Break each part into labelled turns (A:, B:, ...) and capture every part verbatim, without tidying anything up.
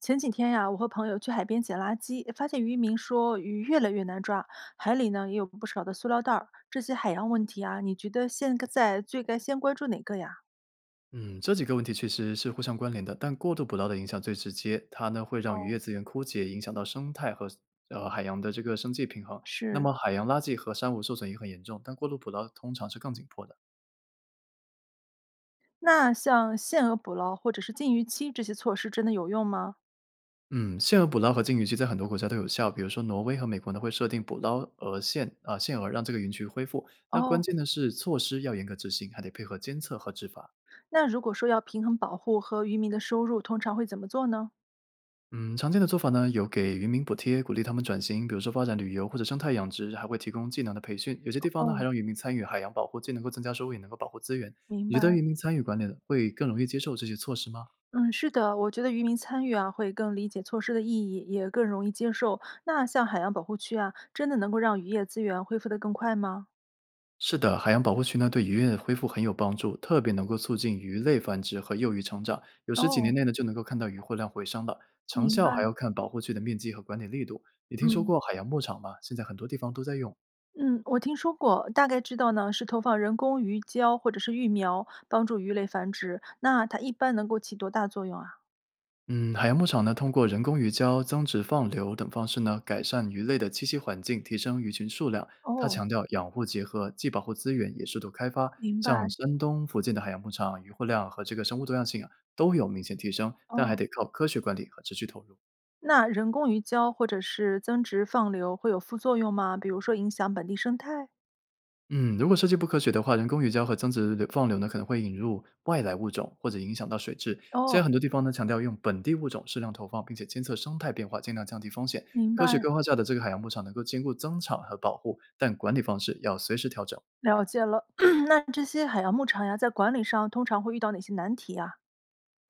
A: 前几天呀，我和朋友去海边捡垃圾，发现渔民说鱼越来越难抓，海里呢也有不少的塑料袋儿。这些海洋问题啊，你觉得现在最该先关注哪个呀？
B: 嗯，这几个问题确实是互相关联的，但过度捕捞的影响最直接，它呢会让渔
A: 哦，
B: 业资源枯竭，影响到生态和呃海洋的这个生计平衡。那
A: 是。
B: 么海洋垃圾和珊瑚受损也很严重，但过度捕捞通常是更紧迫的。
A: 那像限额捕捞或者是禁渔期这些措施真的有用吗？
B: 嗯，限额捕捞和禁渔期在很多国家都有效，比如说挪威和美国呢会设定捕捞额限啊、限额，让这个渔区恢复。那关
A: 哦，
B: 键的是措施要严格执行，还得配合监测和执法。
A: 那如果说要平衡保护和渔民的收入，通常会怎么做呢？
B: 嗯，常见的做法呢，有给渔民补贴，鼓励他们转型，比如说发展旅游或者生态养殖，还会提供技能的培训。有些地方呢，
A: 哦，
B: 还让渔民参与海洋保护，既能够增加收入，也能够保护资源。
A: 明
B: 你觉得
A: 白。
B: 渔民参与管理的会更容易接受这些措施吗？
A: 嗯，是的，我觉得渔民参与啊，会更理解措施的意义，也更容易接受。那像海洋保护区啊，真的能够让渔业资源恢复得更快吗？
B: 是的，海洋保护区呢，对渔业的恢复很有帮助，特别能够促进鱼类繁殖和幼鱼成长。有时几年
A: 哦，
B: 内呢，就能够看到鱼货量回升了。成
A: 明
B: 效还要
A: 白。
B: 看保护区的面积和管理力度。你听说
A: 嗯
B: 过海洋牧场吗？现在很多地方都在用。
A: 嗯，我听说过，大概知道呢，是投放人工鱼礁或者是育苗，帮助鱼类繁殖。那它一般能够起多大作用啊？
B: 嗯，海洋牧场呢，通过人工鱼礁、增殖放流等方式呢，改善鱼类的栖息环境，提升鱼群数量。它
A: 哦，
B: 强调养护结合，既保护资源，也适度开发。
A: 明
B: 像
A: 白。
B: 山东附近的海洋牧场，渔获量和这个生物多样性啊，都有明显提升，但还
A: 哦，
B: 得靠科学管理和持续投入。
A: 那人工鱼礁或者是增殖放流会有副作用吗？比如说影响本地生态？
B: 嗯，如果设计不科学的话，人工鱼礁和增殖流放流呢，可能会引入外来物种或者影响到水质。现在
A: 哦，
B: 很多地方呢强调用本地物种适量投放，并且监测生态变化，尽量降低风险。
A: 明
B: 科
A: 白。
B: 学规划下的这个海洋牧场能够兼顾增长和保护，但管理方式要随时调整。
A: 了解了，那这些海洋牧场呀，在管理上通常会遇到哪些难题呀？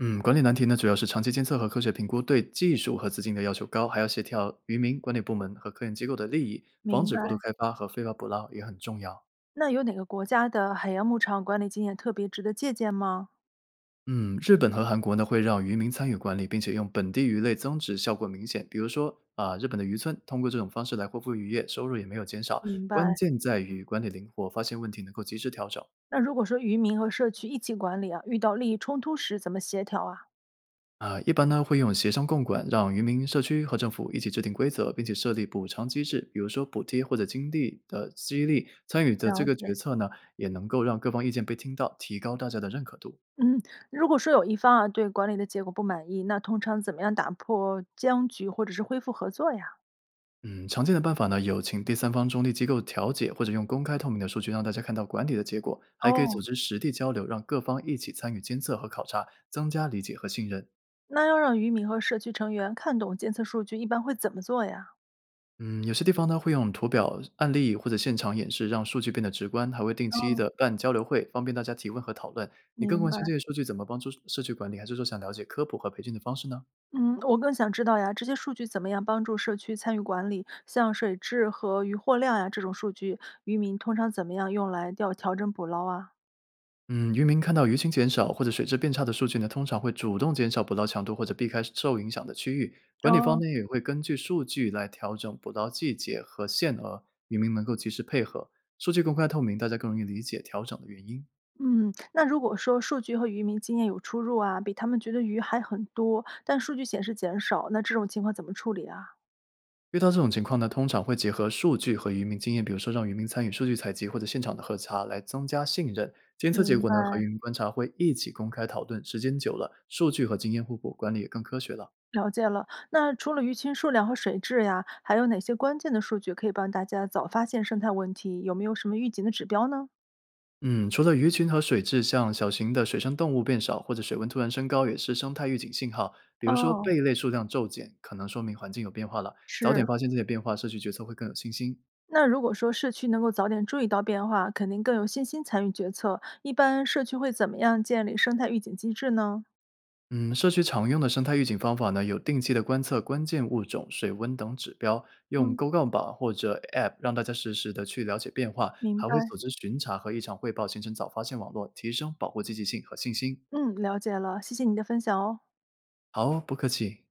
B: 嗯，管理难题呢主要是长期监测和科学评估，对技术和资金的要求高，还要协调渔民、管理部门和科研机构的利益，防
A: 明
B: 止过度
A: 白。
B: 开发和非法捕捞也很重要。
A: 那有哪个国家的海洋牧场管理经验特别值得借鉴吗？
B: 嗯，日本和韩国呢会让渔民参与管理，并且用本地鱼类增值，效果明显。比如说啊，日本的渔村通过这种方式来恢复渔业，收入也没有减少。
A: 明
B: 关
A: 白。
B: 键在于管理灵活，发现问题能够及时调整。
A: 那如果说渔民和社区一起管理啊，遇到利益冲突时怎么协调啊？
B: 啊，一般呢会用协商共管，让渔民、社区和政府一起制定规则，并且设立补偿机制，比如说补贴或者经济的激励。参与的这
A: 了
B: 个决
A: 解。
B: 策呢，也能够让各方意见被听到，提高大家的认可度。
A: 嗯，如果说有一方啊对管理的结果不满意，那通常怎么样打破僵局或者是恢复合作呀？
B: 嗯，常见的办法呢，有请第三方中立机构调解，或者用公开透明的数据让大家看到管理的结果，还可以组
A: 哦，
B: 织实地交流，让各方一起参与监测和考察，增加理解和信任。
A: 那要让渔民和社区成员看懂监测数据，一般会怎么做呀？
B: 嗯，有些地方呢会用图表、案例或者现场演示，让数据变得直观，还会定期
A: 哦，
B: 的办交流会，方便大家提问和讨论。你更
A: 明
B: 关
A: 白。
B: 心这些数据怎么帮助社区管理，还是说想了解科普和培训的方式呢？
A: 嗯，我更想知道呀，这些数据怎么样帮助社区参与管理？像水质和渔获量呀这种数据，渔民通常怎么样用来调调整捕捞啊？
B: 嗯，渔民看到鱼群减少或者水质变差的数据呢，通常会主动减少捕捞强度或者避开受影响的区域。管理方
A: 哦，
B: 面也会根据数据来调整捕捞季节和限额，渔民能够及时配合。数据公开透明，大家更容易理解调整的原因。
A: 嗯，那如果说数据和渔民经验有出入啊，比他们觉得鱼还很多，但数据显示减少，那这种情况怎么处理啊？
B: 遇到这种情况呢，通常会结合数据和渔民经验，比如说让渔民参与数据采集或者现场的核查，来增加信任。监测结
A: 明
B: 果
A: 白，
B: 呢和渔民观察会一起公开讨论，时间久了，数据和经验互补，管理也更科学了。
A: 了解了。那除了鱼群数量和水质呀，还有哪些关键的数据可以帮大家早发现生态问题？有没有什么预警的指标呢？
B: 嗯，除了鱼群和水质，像小型的水生动物变少，或者水温突然升高，也是生态预警信号。比如说
A: 哦，
B: 贝类数量骤减，可能说明环境有变化了。早点
A: 是。
B: 发现这些变化，社区决策会更有信心。
A: 那如果说社区能够早点注意到变化，肯定更有信心参与决策。一般社区会怎么样建立生态预警机制呢？
B: 嗯，社区常用的生态预警方法呢，有定期的观测关键物种、水温等指标，用
A: 嗯，
B: 勾杠板或者 A P P 让大家实时的去了解变化，
A: 明
B: 还
A: 白，
B: 会组织巡查和异常汇报，形成早发现网络，提升保护积极性和信心。
A: 嗯，了解了，谢谢你的分享哦。
B: 好哦，不客气。